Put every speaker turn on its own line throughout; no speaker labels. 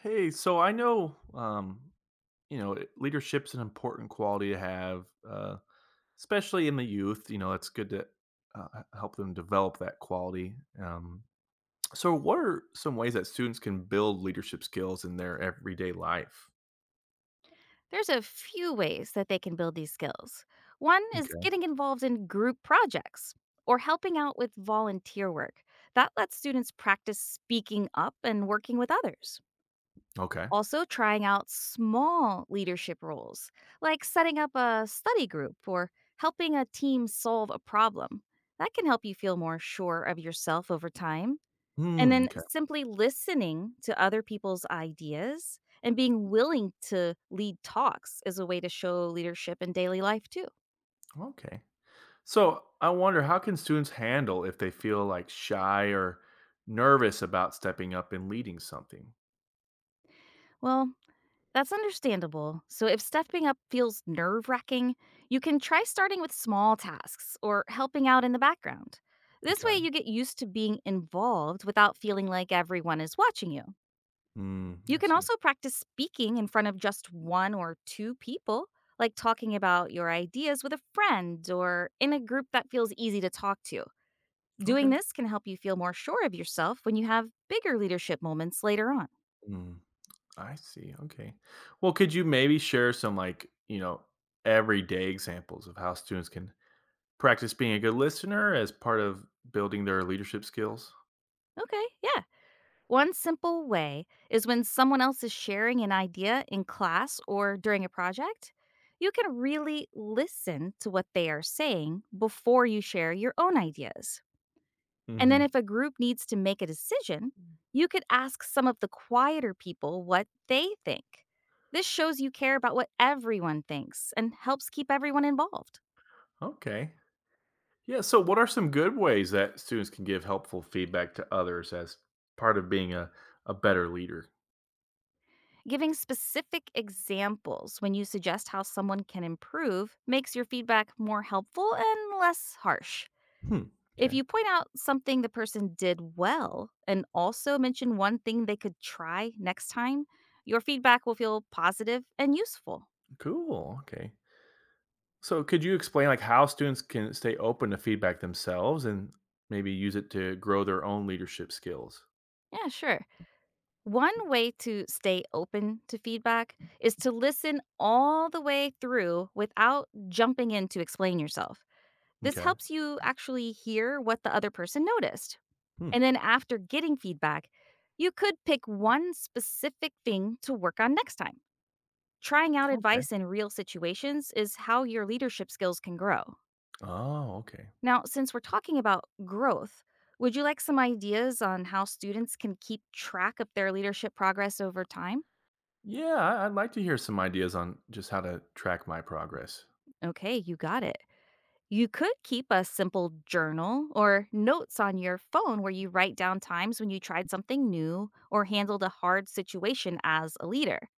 Hey, so I know, leadership's an important quality to have, especially in the youth. You know, it's good to help them develop that quality. Um, so, what are some ways that students can build leadership skills in their everyday life?
There's a few ways that they can build these skills. One is
Okay.
getting involved in group projects or helping out with volunteer work. That lets students practice speaking up and working with others.
Okay.
Also, trying out small leadership roles, like setting up a study group or helping a team solve a problem. That can help you feel more sure of yourself over time. And
Hmm.
then
Okay.
simply listening to other people's ideas and being willing to lead talks is a way to show leadership in daily life too.
Okay. So, I wonder how can students handle if they feel like shy or nervous about stepping up and leading something?
Well, that's understandable. So if stepping up feels nerve wracking, you can try starting with small tasks or helping out in the background. This way,
Okay.
you get used to being involved without feeling like everyone is watching you.
Hmm.
You
I
can
see.
also practice speaking in front of just one or two people, like talking about your ideas with a friend or in a group that feels easy to talk to. Doing
Okay.
this can help you feel more sure of yourself when you have bigger leadership moments later on.
Hmm. I see, okay. Well, could you maybe share some, like, everyday examples of how students can practice being a good listener as part of building their leadership skills?
Okay, yeah. One simple way is when someone else is sharing an idea in class or during a project, you can really listen to what they are saying before you share your own ideas. And then
Mhm.
if a group needs to make a decision, you could ask some of the quieter people what they think. This shows you care about what everyone thinks and helps keep everyone involved.
Okay. Yeah, so what are some good ways that students can give helpful feedback to others as part of being a better leader?
Giving specific examples when you suggest how someone can improve makes your feedback more helpful and less harsh.
Hmm,
If
okay.
you point out something the person did well and also mention one thing they could try next time, your feedback will feel positive and useful.
Cool, okay. So could you explain, like, how students can stay open to feedback themselves and maybe use it to grow their own leadership skills?
Yeah, sure. One way to stay open to feedback is to listen all the way through without jumping in to explain yourself. This
Okay.
helps you actually hear what the other person noticed.
Hmm,
And then after getting feedback, you could pick one specific thing to work on next time. Trying out
okay.
advice in real situations is how your leadership skills can grow.
Oh, okay.
Now, since we're talking about growth, would you like some ideas on how students can keep track of their leadership progress over time?
Yeah, I'd like to hear some ideas on just how to track my progress.
Okay, you got it. You could keep a simple journal or notes on your phone where you write down times when you tried something new or handled a hard situation as a leader.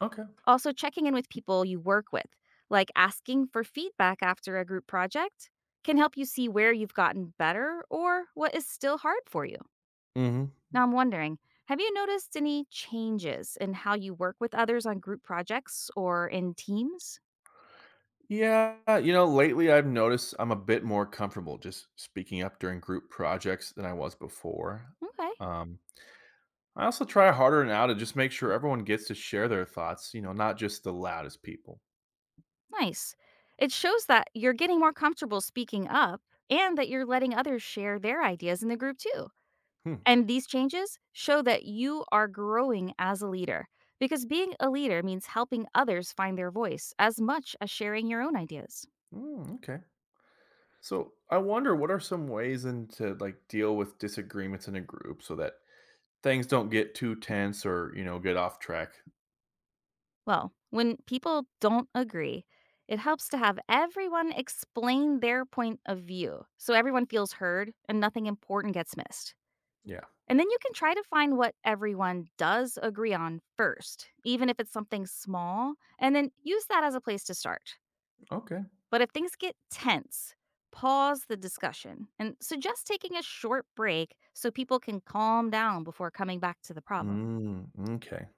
Okay.
Also, checking in with people you work with, like asking for feedback after a group project, can help you see where you've gotten better or what is still hard for you.
Hmm.
Now, I'm wondering, have you noticed any changes in how you work with others on group projects or in teams?
Yeah, you know, lately I've noticed I'm a bit more comfortable just speaking up during group projects than I was before.
Okay.
Um, I also try harder now to just make sure everyone gets to share their thoughts, you know, not just the loudest people.
Nice. It shows that you're getting more comfortable speaking up and that you're letting others share their ideas in the group too.
Hmm.
And these changes show that you are growing as a leader because being a leader means helping others find their voice as much as sharing your own ideas.
Mm, okay. So I wonder what are some ways then to like deal with disagreements in a group so that things don't get too tense or, you know, get off track.
Well, when people don't agree, it helps to have everyone explain their point of view so everyone feels heard and nothing important gets missed.
Yeah.
And then you can try to find what everyone does agree on first, even if it's something small, and then use that as a place to start.
Okay.
But if things get tense, pause the discussion and suggest taking a short break so people can calm down before coming back to the problem.
Mm, okay.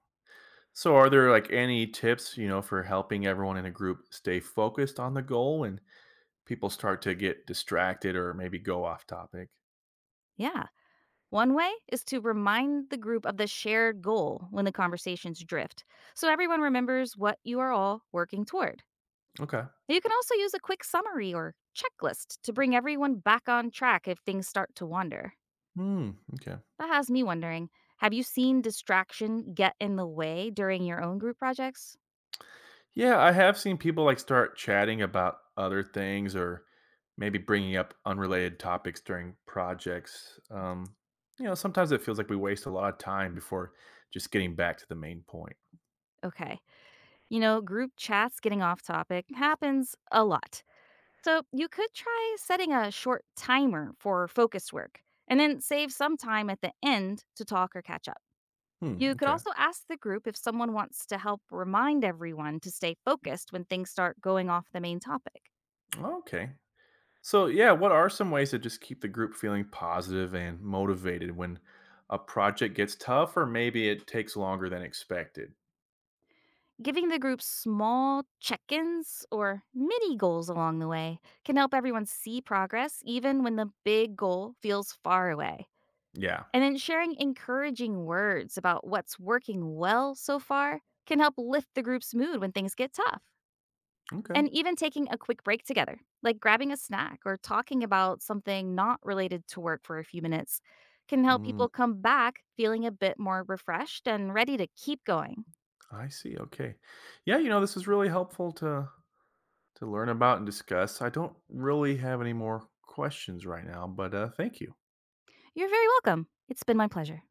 So, are there like any tips, you know, for helping everyone in a group stay focused on the goal when people start to get distracted or maybe go off topic?
Yeah. One way is to remind the group of the shared goal when the conversations drift, so everyone remembers what you are all working toward.
Okay.
You can also use a quick summary or checklist to bring everyone back on track if things start to wander.
Hmm. Okay.
That has me wondering, have you seen distraction get in the way during your own group projects?
Yeah, I have seen people like start chatting about other things or maybe bringing up unrelated topics during projects. You know, sometimes it feels like we waste a lot of time before just getting back to the main point.
Okay. You know, group chats getting off topic happens a lot. So you could try setting a short timer for focus work and then save some time at the end to talk or catch up.
Hmm.
You could
Okay.
also ask the group if someone wants to help remind everyone to stay focused when things start going off the main topic.
Okay. So, yeah, what are some ways to just keep the group feeling positive and motivated when a project gets tough or maybe it takes longer than expected?
Giving the group small check ins or mini goals along the way can help everyone see progress even when the big goal feels far away.
Yeah.
And then sharing encouraging words about what's working well so far can help lift the group's mood when things get tough.
Okay.
And even taking a quick break together, like grabbing a snack or talking about something not related to work for a few minutes, can help
Mm,
people come back feeling a bit more refreshed and ready to keep going.
I see. Okay. Yeah, you know, this is really helpful to learn about and discuss. I don't really have any more questions right now, but thank you.
You're very welcome. It's been my pleasure.